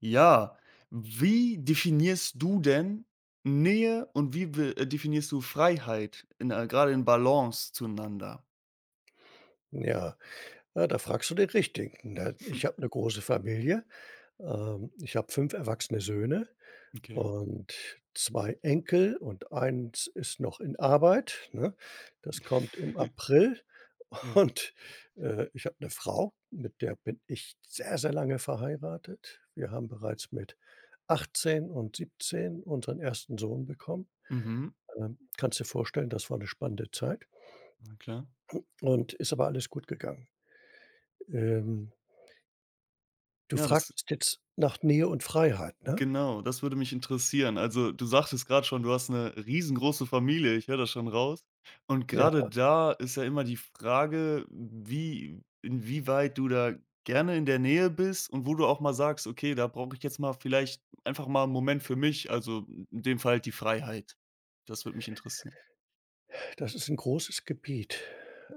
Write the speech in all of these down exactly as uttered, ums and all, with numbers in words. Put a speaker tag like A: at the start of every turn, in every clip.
A: Ja, wie definierst du denn Nähe und wie be äh, definierst du Freiheit in äh, grade in Balance zueinander?
B: Ja, ja, da fragst du den Richtigen, ne? Ich habe 'ne große Familie, ähm, ich habe fünf erwachsene Söhne
A: Okay,
B: und zwei Enkel und eins ist noch in Arbeit, ne? Das kommt im April.
A: ja.
B: Und, äh, ich habe eine Frau, mit der bin ich sehr, sehr lange verheiratet. Wir haben bereits mit achtzehn und siebzehn unseren ersten Sohn bekommen.
A: Mhm,
B: Ähm, kannst dir vorstellen, das war eine spannende Zeit
A: na klar.
B: und ist aber alles gut gegangen. Ähm, du
A: Ja, das
B: fragtest jetzt nach Nähe und Freiheit, ne?
A: genau, das würde mich interessieren. Also, du sagtest gerade schon, du hast eine riesengroße Familie, ich höre das schon raus. Und
B: Ja.
A: gerade da ist ja immer die Frage, wie inwieweit du da gerne in der Nähe bist und wo du auch mal sagst: „Okay, da brauche ich jetzt mal vielleicht einfach mal einen Moment für mich“, also, in dem Fall halt die Freiheit. Das würde mich interessieren.
B: Das ist ein großes Gebiet.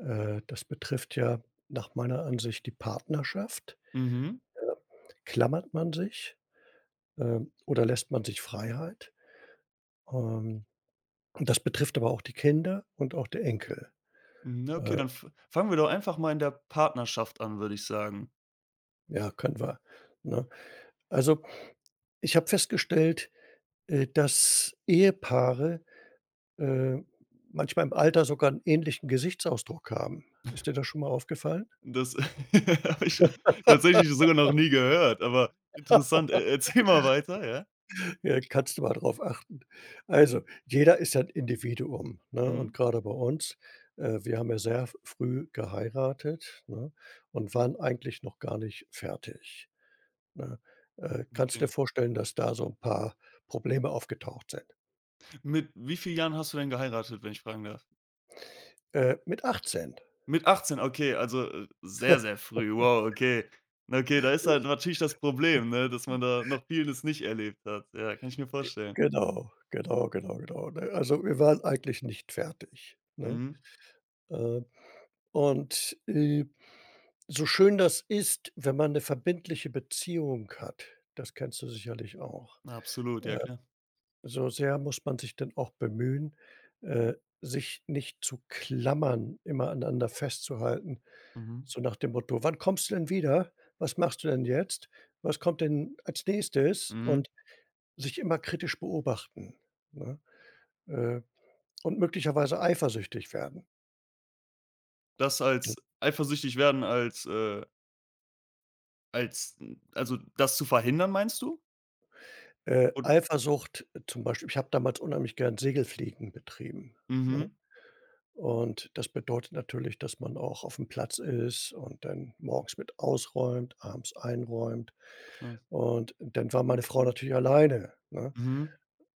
B: Äh, das betrifft ja nach meiner Ansicht die Partnerschaft.
A: Mhm.
B: Ähm, klammert man sich, ähm, oder lässt man sich Freiheit? Ähm, und das betrifft aber auch die Kinder und auch die Enkel.
A: Mhm, okay,
B: Äh,
A: dann f fangen wir doch einfach mal in der Partnerschaft an, würde ich sagen.
B: ja, können wir, ne? Also, ich habe festgestellt, äh, dass Ehepaare, äh, manchmal im Alter sogar einen ähnlichen Gesichtsausdruck haben. Ist dir das schon mal aufgefallen?
A: Das habe ich ja tatsächlich sogar noch nie gehört, aber interessant. E erzähl mal weiter, ja?
B: Ja, kannst du mal drauf achten. Also, jeder ist ja 'n Individuum, ne? Und
A: Mhm,
B: grade bei uns, äh, wir haben ja sehr f früh geheiratet, ne, und waren eigentlich noch gar nicht fertig, ne? Äh, kannst dir
A: okay.
B: vorstellen, dass da so 'n paar Probleme aufgetaucht sind.
A: Mit wie vielen Jahren hast du denn geheiratet, wenn ich fragen darf?
B: Äh, mit achtzehn.
A: Mit achtzehn. Okay, also, äh, sehr, sehr früh. Wow, okay. Na okay, da ist halt
B: Ich
A: natürlich das Problem, ne, dass man da noch vieles nicht erlebt hat. Ja, kann ich mir vorstellen.
B: Genau, genau, genau, genau, ne? Also, wir waren eigentlich nicht fertig, ne?
A: Mhm.
B: Ähm Und, äh, so schön das ist, wenn man eine verbindliche Beziehung hat, das kennst du sicherlich auch.
A: Absolut, ja klar.
B: So sehr muss man sich denn auch bemühen, äh, sich nicht zu klammern, immer aneinander festzuhalten,
A: Mhm.
B: so nach dem Motto: „Wann kommst du denn wieder? Was machst du denn jetzt? Was kommt denn als Nächstes?“
A: Mhm.
B: Und sich immer kritisch beobachten, ne? Äh, und möglicherweise eifersüchtig werden.
A: Das als eifersüchtig werden als, äh als also, das zu verhindern, meinst du?
B: Äh,
A: Und
B: Eifersucht, äh, zum Beispiel ich habe damals unheimlich gern Segelfliegen betrieben, ne?
A: mhm,
B: Und das bedeutet natürlich, dass man auch aufm Platz ist und dann morgens mit ausräumt, abends einräumt.
A: klar.
B: Und dann war meine Frau natürlich alleine, ne?
A: Mhm.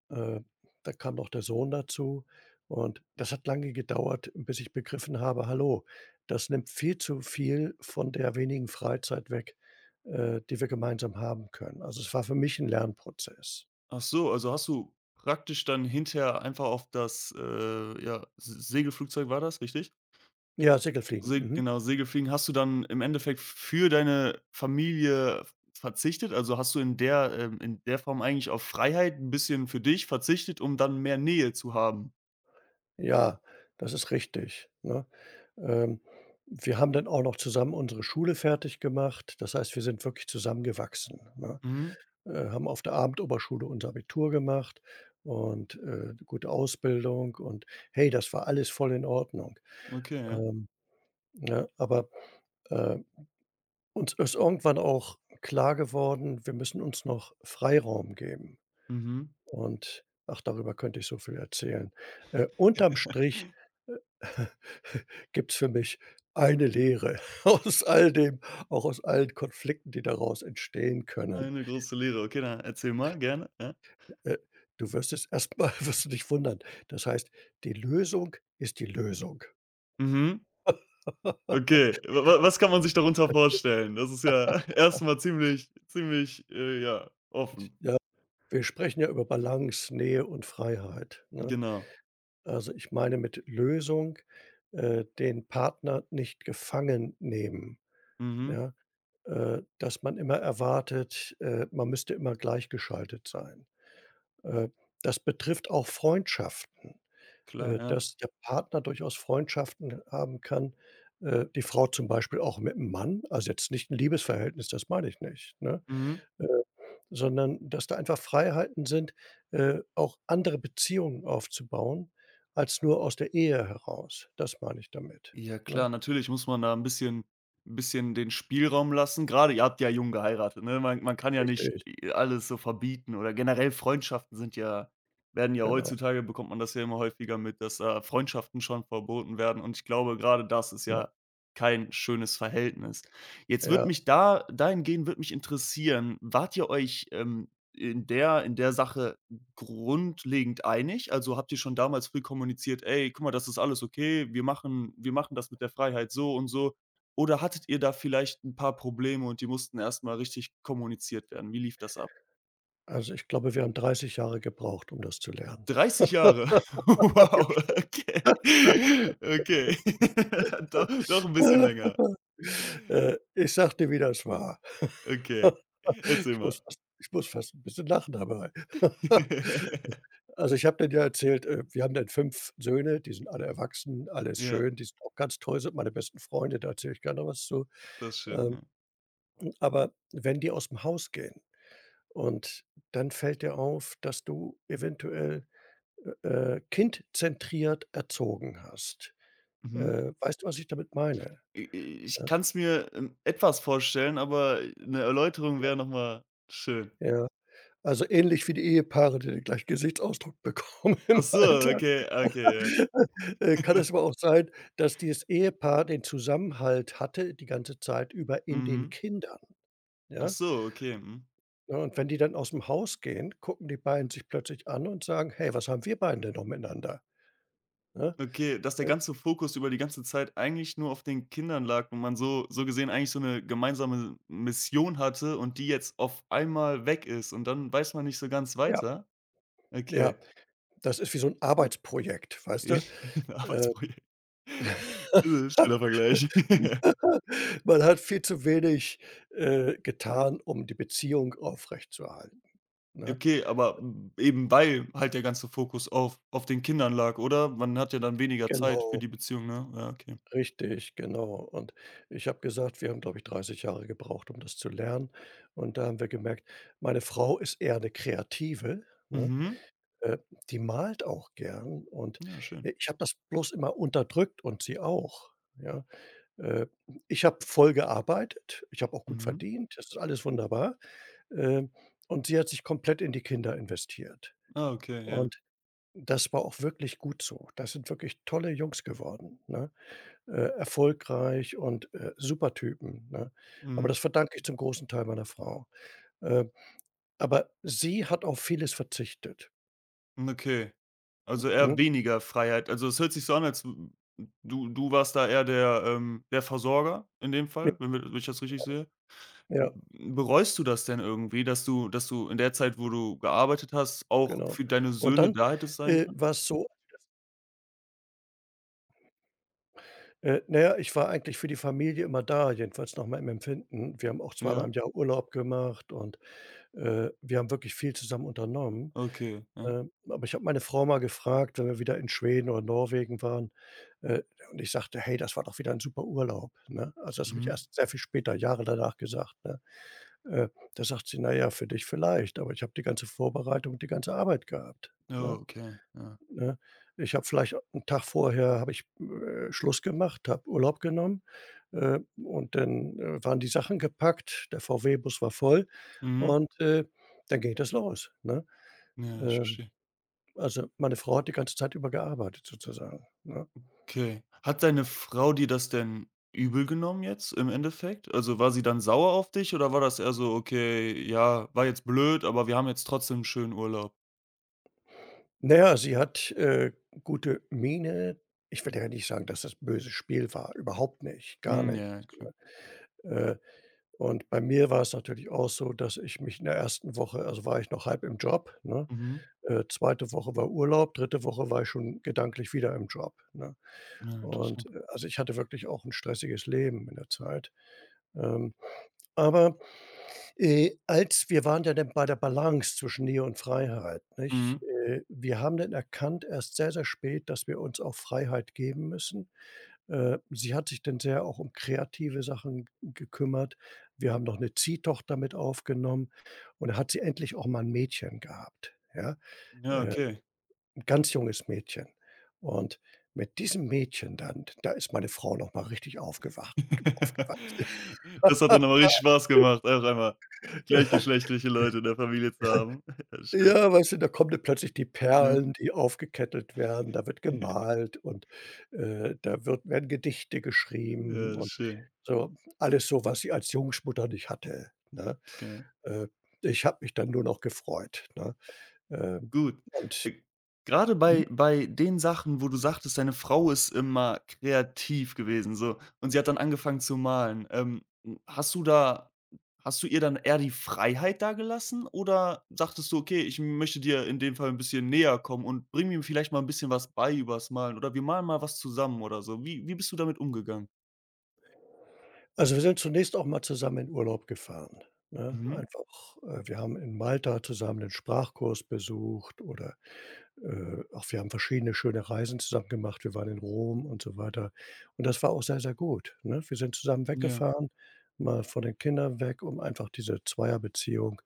B: Äh, da kam noch der Sohn dazu und das hat lange gedauert, bis ich begriffen habe: „Hallo, das nimmt viel zu viel von der wenigen Freizeit weg, äh, die wir gemeinsam haben können.“ Also, es war für mich 'n Lernprozess.
A: Ach so, also hast du praktisch dann hinterher einfach auf das, äh, ja, Se Segelflugzeug war das, richtig?
B: Ja, Segelfliegen,
A: Se
B: mhm.
A: Genau, Segelfliegen hast du dann im Endeffekt für deine Familie verzichtet? Also, hast du in der ähm, in der Form eigentlich auf Freiheit ein bisschen für dich verzichtet, um dann mehr Nähe zu haben?
B: Ja, das ist richtig, ne? Ähm, wir haben dann auch noch zusammen unsere Schule fertig gemacht. Das heißt, wir sind wirklich zusammengewachsen, ne?
A: Mhm,
B: Äh, haben auf der Abendoberschule unser Abitur gemacht und, äh, gute Ausbildung und hey, das war alles voll in Ordnung.
A: okay, ja.
B: Ähm, ne, aber, äh, uns ist irgendwann auch klar geworden, wir müssen uns noch Freiraum geben
A: Mhm.
B: und ach, darüber könnte ich so viel erzählen. Äh, unterm Strich. Gibt's für mich eine Lehre, aus all dem auch aus allen Konflikten, die daraus entstehen können.
A: Eine große Lehre. Okay, dann erzähl mal gerne, ja.
B: Äh, du wirst es erstmal, wirst du dich wundern. Das heißt, die Lösung ist die Lösung.
A: Mhm. Okay, wa wa was kann man sich darunter vorstellen? Das ist ja erst mal ziemlich ziemlich, äh, ja, offen.
B: Ja, wir sprechen ja über Balance, Nähe und Freiheit, ne?
A: Genau.
B: Also, ich meine mit Lösung, äh, den Partner nicht gefangen nehmen,
A: Mhm.
B: ja? Äh, dass man immer erwartet, äh, man müsste immer gleichgeschaltet sein. Äh, das betrifft auch Freundschaften,
A: Klar,
B: äh,
A: ja.
B: dass der Partner durchaus Freundschaften haben kann, äh, die Frau zum Beispiel auch mit dem Mann, also jetzt nicht ein Liebesverhältnis, das meine ich nicht, ne?
A: Mhm.
B: Äh, sondern dass da einfach Freiheiten sind, äh, auch andere Beziehungen aufzubauen als nur aus der Ehe heraus. Das meine ich damit,
A: Ja
B: ne?
A: klar, natürlich muss man da ein bisschen bisschen den Spielraum lassen. Gerade ihr habt ja jung geheiratet, ne? Man man kann ja nicht,
B: Richtig,
A: äh, alles so verbieten oder generell Freundschaften sind ja werden ja
B: genau.
A: heutzutage bekommt man das ja immer häufiger mit, dass, äh, Freundschaften schon verboten werden und ich glaube, gerade das ist
B: Ja,
A: ja kein schönes Verhältnis. Jetzt wird
B: ja.
A: mich da dahingehend wird mich interessieren, wart ihr euch, ähm, in der in der Sache grundlegend einig? Also, habt ihr schon damals früh kommuniziert: „Ey, guck mal, das ist alles okay, wir machen wir machen das mit der Freiheit so und so“? Oder hattet ihr da vielleicht ein paar Probleme und die mussten erst mal richtig kommuniziert werden? Wie lief das ab?
B: Also, ich glaube, wir haben dreißig Jahre gebraucht, um das zu lernen.
A: dreißig Jahre. Wow, okay. Okay. Do doch 'n bisschen länger.
B: Äh, ich sagte, wie das war.
A: Okay. Erzähl
B: Ich muss
A: mal.
B: fast ich muss fast ein bisschen lachen dabei. Also, ich habe denen ja erzählt, äh, wir haben dann fünf Söhne, die sind alle erwachsen, alles
A: Ja,
B: schön, die sind auch ganz toll, sind meine besten Freunde, da erzähle ich gerne was zu.
A: das ist schön,
B: Ähm,
A: ja.
B: aber wenn die aus dem Haus gehen und dann fällt dir auf, dass du eventuell, äh, äh, kindzentriert erzogen hast.
A: Mhm.
B: Äh, weißt du, was ich damit meine?
A: I i- ich
B: Ja,
A: kann's mir, ähm, etwas vorstellen, aber eine Erläuterung wäre noch mal schön.
B: ja. Also, ähnlich wie die Ehepaare, die den gleichen Gesichtsausdruck bekommen im
A: Ach so,
B: Alter.
A: okay, okay, ja.
B: Äh, kann es aber auch sein, dass dieses Ehepaar den Zusammenhalt hatte die ganze Zeit über in den
A: Mhm.
B: Kindern,
A: Ach
B: ja?
A: so, okay, mhm.
B: Ja, und wenn die dann aus'm Haus gehen, gucken die beiden sich plötzlich an und sagen: „Hey, was haben wir beiden denn noch miteinander?“ Ne?
A: Okay, dass der ganze Fokus über die ganze Zeit eigentlich nur auf den Kindern lag und man so so gesehen eigentlich so eine gemeinsame Mission hatte und die jetzt auf einmal weg ist und dann weiß man nicht so ganz
B: Ja,
A: weiter? Okay.
B: ja, das ist wie so 'n Arbeitsprojekt, weißt du?
A: Ein
B: Äh,
A: Arbeitsprojekt. Äh, schöner Vergleich.
B: man hat viel zu wenig, äh, getan, um die Beziehung aufrechtzuerhalten, ne?
A: Okay, aber m, eben weil halt der ganze Fokus auf auf den Kindern lag, oder? Man hat ja dann weniger Zeit für
B: Genau.
A: die Beziehung, ne? Ja, okay.
B: Richtig, genau. Und ich habe gesagt, wir haben, glaube ich, dreißig Jahre gebraucht, um das zu lernen. Und da haben wir gemerkt, meine Frau ist eher eine Kreative, ne?
A: Mhm.
B: Äh, die malt auch gern und,
A: Ja, schön.
B: äh, ich habe das bloß immer unterdrückt und sie auch, ja? Äh, ich habe voll gearbeitet, ich habe auch gut
A: Mhm.
B: verdient, das ist alles wunderbar, ähm, und sie hat sich komplett in die Kinder investiert.
A: Ah, okay, ja.
B: Und das war auch wirklich gut so. Das sind wirklich tolle Jungs geworden, ne? äh, erfolgreich und, äh, super Typen, ne? Aber
A: Mhm.
B: das verdanke ich zum großen Teil meiner Frau. Äh, aber sie hat auf vieles verzichtet,
A: Hm, okay. Also, eher
B: ne?
A: weniger Freiheit. Also, es hört sich so an, als w du du warst da eher der, ähm der Versorger in dem Fall, wenn wir wenn ich das richtig sehe.
B: Ja,
A: Bereust du das denn irgendwie, dass du dass du in der Zeit, wo du gearbeitet hast, auch
B: genau.
A: für deine
B: Und
A: Söhne
B: dann,
A: da hättest sein
B: äh,
A: können?
B: war's so, äh, na ja, ich war eigentlich für die Familie immer da, jedenfalls nach meinem Empfinden. Wir haben auch zweimal im
A: Ja?
B: Jahr Urlaub gemacht und, äh, wir haben wirklich viel zusammen unternommen.
A: Okay, ja.
B: Ähm, aber ich habe meine Frau mal gefragt, wenn wir wieder in Schweden oder Norwegen waren, äh, und ich sagte: „Hey, das war doch wieder ein super Urlaub“, ne? Also, das habe ich
A: Mhm.
B: erst sehr viel später, Jahre danach gesagt, ne? Äh, da sagt sie: „Na ja, für dich vielleicht, aber ich habe die ganze Vorbereitung, die ganze Arbeit gehabt“,
A: Oh,
B: ne,
A: okay, ja.
B: ne? Ich habe vielleicht 'n Tag vorher habe ich, äh, Schluss gemacht, habe Urlaub genommen, äh, und dann, äh, waren die Sachen gepackt, der V W-Bus war voll
A: Mhm.
B: und, äh, dann geht es los, ne?
A: Ja, ich
B: Ähm
A: verstehe.
B: also, meine Frau hat die ganze Zeit über gearbeitet sozusagen, ne?
A: Okay. Hat deine Frau dir das denn übel genommen jetzt im Endeffekt? Also, war sie dann sauer auf dich oder war das eher so: „Okay, ja, war jetzt blöd, aber wir haben jetzt trotzdem 'n schönen Urlaub?“
B: Na ja, sie hat, äh, gute Miene. Ich will ja nicht sagen, dass das böses Spiel war, überhaupt nicht, gar
A: Hm, ja,
B: nicht.
A: ja, klar.
B: Äh, und bei mir war's natürlich auch so, dass ich mich in der ersten Woche also, war ich noch halb im Job, ne?
A: Mhm.
B: Äh, zweite. Woche war Urlaub, dritte Woche war ich schon gedanklich wieder im Job, ne?
A: Ja,
B: Und,
A: interessant.
B: äh, also, ich hatte wirklich auch 'n stressiges Leben in der Zeit. Ähm, aber Äh, als wir waren ja dann bei der Balance zwischen Nähe und Freiheit, nicht?
A: Mhm.
B: Äh, wir haben dann erkannt erst sehr, sehr spät, dass wir uns auch Freiheit geben müssen. Äh, sie hat sich dann sehr auch um kreative Sachen gekümmert. Wir haben noch eine Ziehtochter mit aufgenommen und da hat sie endlich auch mal ein Mädchen gehabt, ja?
A: Ja,
B: Äh,
A: okay.
B: 'n ganz junges Mädchen. Und mit diesem Mädchen dann, da ist meine Frau noch mal richtig aufgewacht aufgewacht.
A: Das hat dann aber richtig Spaß gemacht, auf einmal gleichgeschlechtliche Leute in der Familie zu haben. Ja, schön,
B: Ja, weißt du, da kommen dann plötzlich die
A: ne?
B: Perlen, die aufgekettelt werden, da wird gemalt und, äh, da wird werden Gedichte geschrieben
A: Ja,
B: und
A: schön,
B: so alles so, was ich als Jungschmutter nicht hatte, ne?
A: klar.
B: Äh, ich habe mich dann nur noch gefreut, ne? Ähm,
A: Gut.
B: und
A: Äh, grade
B: mhm,
A: bei bei den Sachen, wo du sagtest, deine Frau ist immer kreativ gewesen so und sie hat dann angefangen zu malen. Ähm, hm, hast du da hast du ihr dann eher die Freiheit da gelassen oder sagtest du: „Okay, ich möchte dir in dem Fall ein bisschen näher kommen und bring mir vielleicht mal ein bisschen was bei übers Malen oder wir malen mal was zusammen“ oder so? Wie wie bist du damit umgegangen?
B: also, wir sind zunächst auch mal zusammen in Urlaub gefahren, ne?
A: Mhm.
B: Einfach äh, wir haben in Malta zusammen den Sprachkurs besucht oder Äh, auch wir haben verschiedene schöne Reisen zusammen gemacht. Wir waren in Rom und so weiter. Und das war auch sehr, sehr gut, ne? Wir sind zusammen
A: Ja,
B: weggefahren, mal von den Kindern weg, um einfach diese Zweierbeziehung,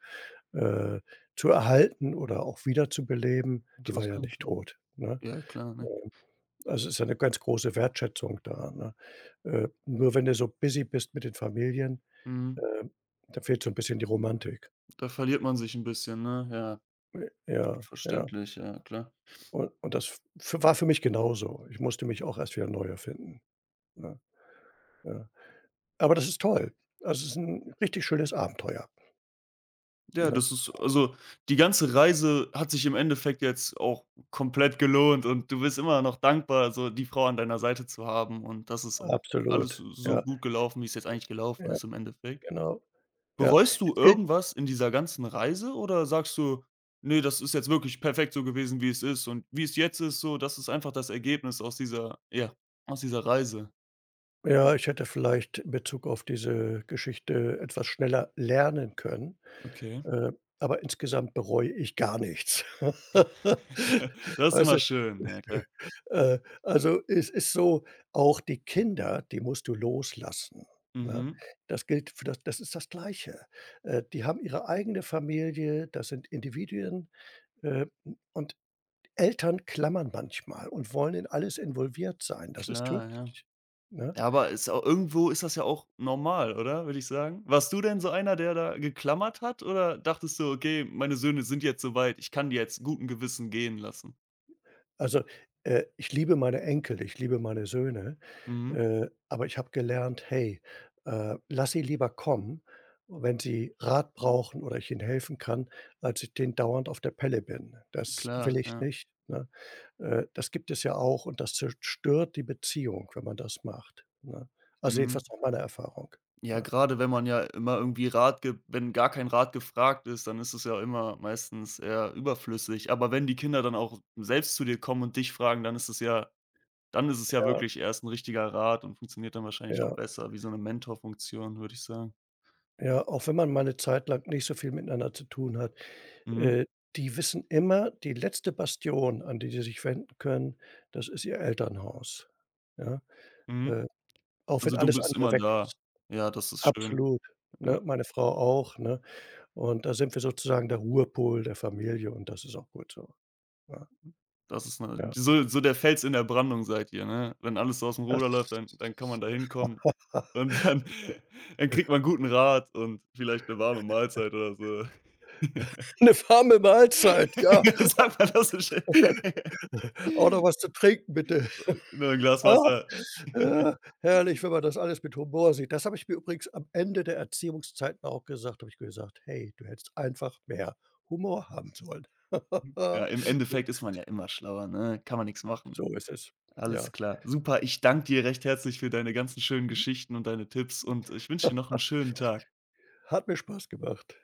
B: äh, zu erhalten oder auch wiederzubeleben. Die war ja
A: interessant,
B: nicht
A: ja.
B: tot, ne?
A: Ja, klar, ne?
B: Ähm, also, ist ja 'ne ganz große Wertschätzung da, ne? Äh, nur wenn du so busy bist mit den Familien,
A: Mhm.
B: ähm, da fehlt so ein bisschen die Romantik.
A: Da verliert man sich ein bisschen, ne? Ja,
B: Ja, ja.
A: verständlich, ja, klar.
B: Und und das f war für mich genauso. Ich musste mich auch erst wieder neu erfinden. Ne, ja. Aber das ist toll. Also, es ist ein richtig schönes Abenteuer.
A: Ja,
B: Ne?
A: das ist also, die ganze Reise hat sich im Endeffekt jetzt auch komplett gelohnt und du bist immer noch dankbar, so die Frau an deiner Seite zu haben und das ist auch alles
B: Absolut.
A: so
B: Ja,
A: gut gelaufen, wie es jetzt eigentlich gelaufen
B: ja,
A: ist im Endeffekt.
B: genau. Ja.
A: Bereust du
B: Es gilt
A: irgendwas in dieser ganzen Reise oder sagst du: nee, das ist jetzt wirklich perfekt so gewesen, wie es ist und wie es jetzt ist so, das ist einfach das Ergebnis aus dieser ja, aus dieser Reise.“
B: ja, ich hätte vielleicht in Bezug auf diese Geschichte etwas schneller lernen können,
A: Okay.
B: äh, aber insgesamt bereue ich gar nichts.
A: Das ist
B: Weißt du?
A: immer schön, ja klar.
B: Äh, also, es ist so, auch die Kinder, die musst du loslassen, ne?
A: Mhm.
B: Das gilt für das das ist das Gleiche. Äh, die haben ihre eigene Familie, das sind Individuen, äh, u und Eltern klammern manchmal und wollen in alles involviert sein. Das ist
A: Klar, ja.
B: tödlich, ne?
A: Ja, aber ist auch irgendwo ist das ja auch normal, oder? Würde ich sagen. Warst du denn so einer, der da geklammert hat oder dachtest du: „Okay, meine Söhne sind jetzt so weit, ich kann die jetzt guten Gewissen gehen lassen?“
B: Also, äh, ich liebe meine Enkel, ich liebe meine Söhne,
A: Mhm,
B: äh, aber ich habe gelernt: „Hey, äh, lass sie lieber kommen, wenn sie Rat brauchen oder ich ihnen helfen kann, als ich denen dauernd auf der Pelle bin.“ Das will
A: klar,
B: ich
A: ja.
B: nicht, ne? Äh, das gibt es ja auch und das zerstört die Beziehung, wenn man das macht, ne? Also,
A: Mhm.
B: jedenfalls nach meiner Erfahrung,
A: Ja,
B: ne?
A: grade wenn man ja immer irgendwie Rat gibt wenn gar kein Rat gefragt ist, dann ist es ja immer meistens eher überflüssig. Aber wenn die Kinder dann auch selbst zu dir kommen und dich fragen, dann ist es ja dann ist es ja
B: Ja,
A: wirklich erst ein richtiger Rat und funktioniert dann wahrscheinlich auch
B: ja,
A: besser, wie so eine Mentorfunktion, würde ich sagen.
B: ja, auch wenn man mal 'ne Zeit lang nicht so viel miteinander zu tun hat.
A: Mhm,
B: Äh, die wissen immer, die letzte Bastion, an die sie sich wenden können, das ist ihr Elternhaus, ja?
A: mhm.
B: Äh, auch wenn
A: Also, du
B: alles
A: bist
B: andere
A: immer
B: weg
A: da.
B: ist.
A: Ja, das ist schön.
B: Absolut,
A: Ja,
B: ne? Meine Frau auch, ne? Und da sind wir sozusagen der Ruhepol der Familie und das ist auch gut so, ja.
A: das ist 'ne
B: Ja,
A: so so der Fels in der Brandung seid ihr, ne? Wenn alles so ausm
B: das
A: Ruder läuft, dann dann kann man da hinkommen
B: 'ne
A: und dann dann kriegt man guten Rat und vielleicht 'ne warme Mahlzeit oder so.
B: warme Mahlzeit, ja.
A: Sagt man das so schön?
B: Auch noch was zu trinken, bitte.
A: Nur 'n Glas
B: Ja?
A: Wasser.
B: Äh, herrlich, wenn man das alles mit Humor sieht. Das habe ich mir übrigens am Ende der Erziehungszeiten auch gesagt, habe ich gesagt: „Hey, du hättest einfach mehr Humor haben sollen.“
A: Ja, im Endeffekt ist man ja immer schlauer, ne? Kann man nix machen.
B: So ist es. Ja.
A: Alles klar. Super, ich danke dir recht herzlich für deine ganzen schönen Geschichten und deine Tipps und ich wünsche dir noch 'n schönen Tag.
B: Hat mir Spaß gemacht.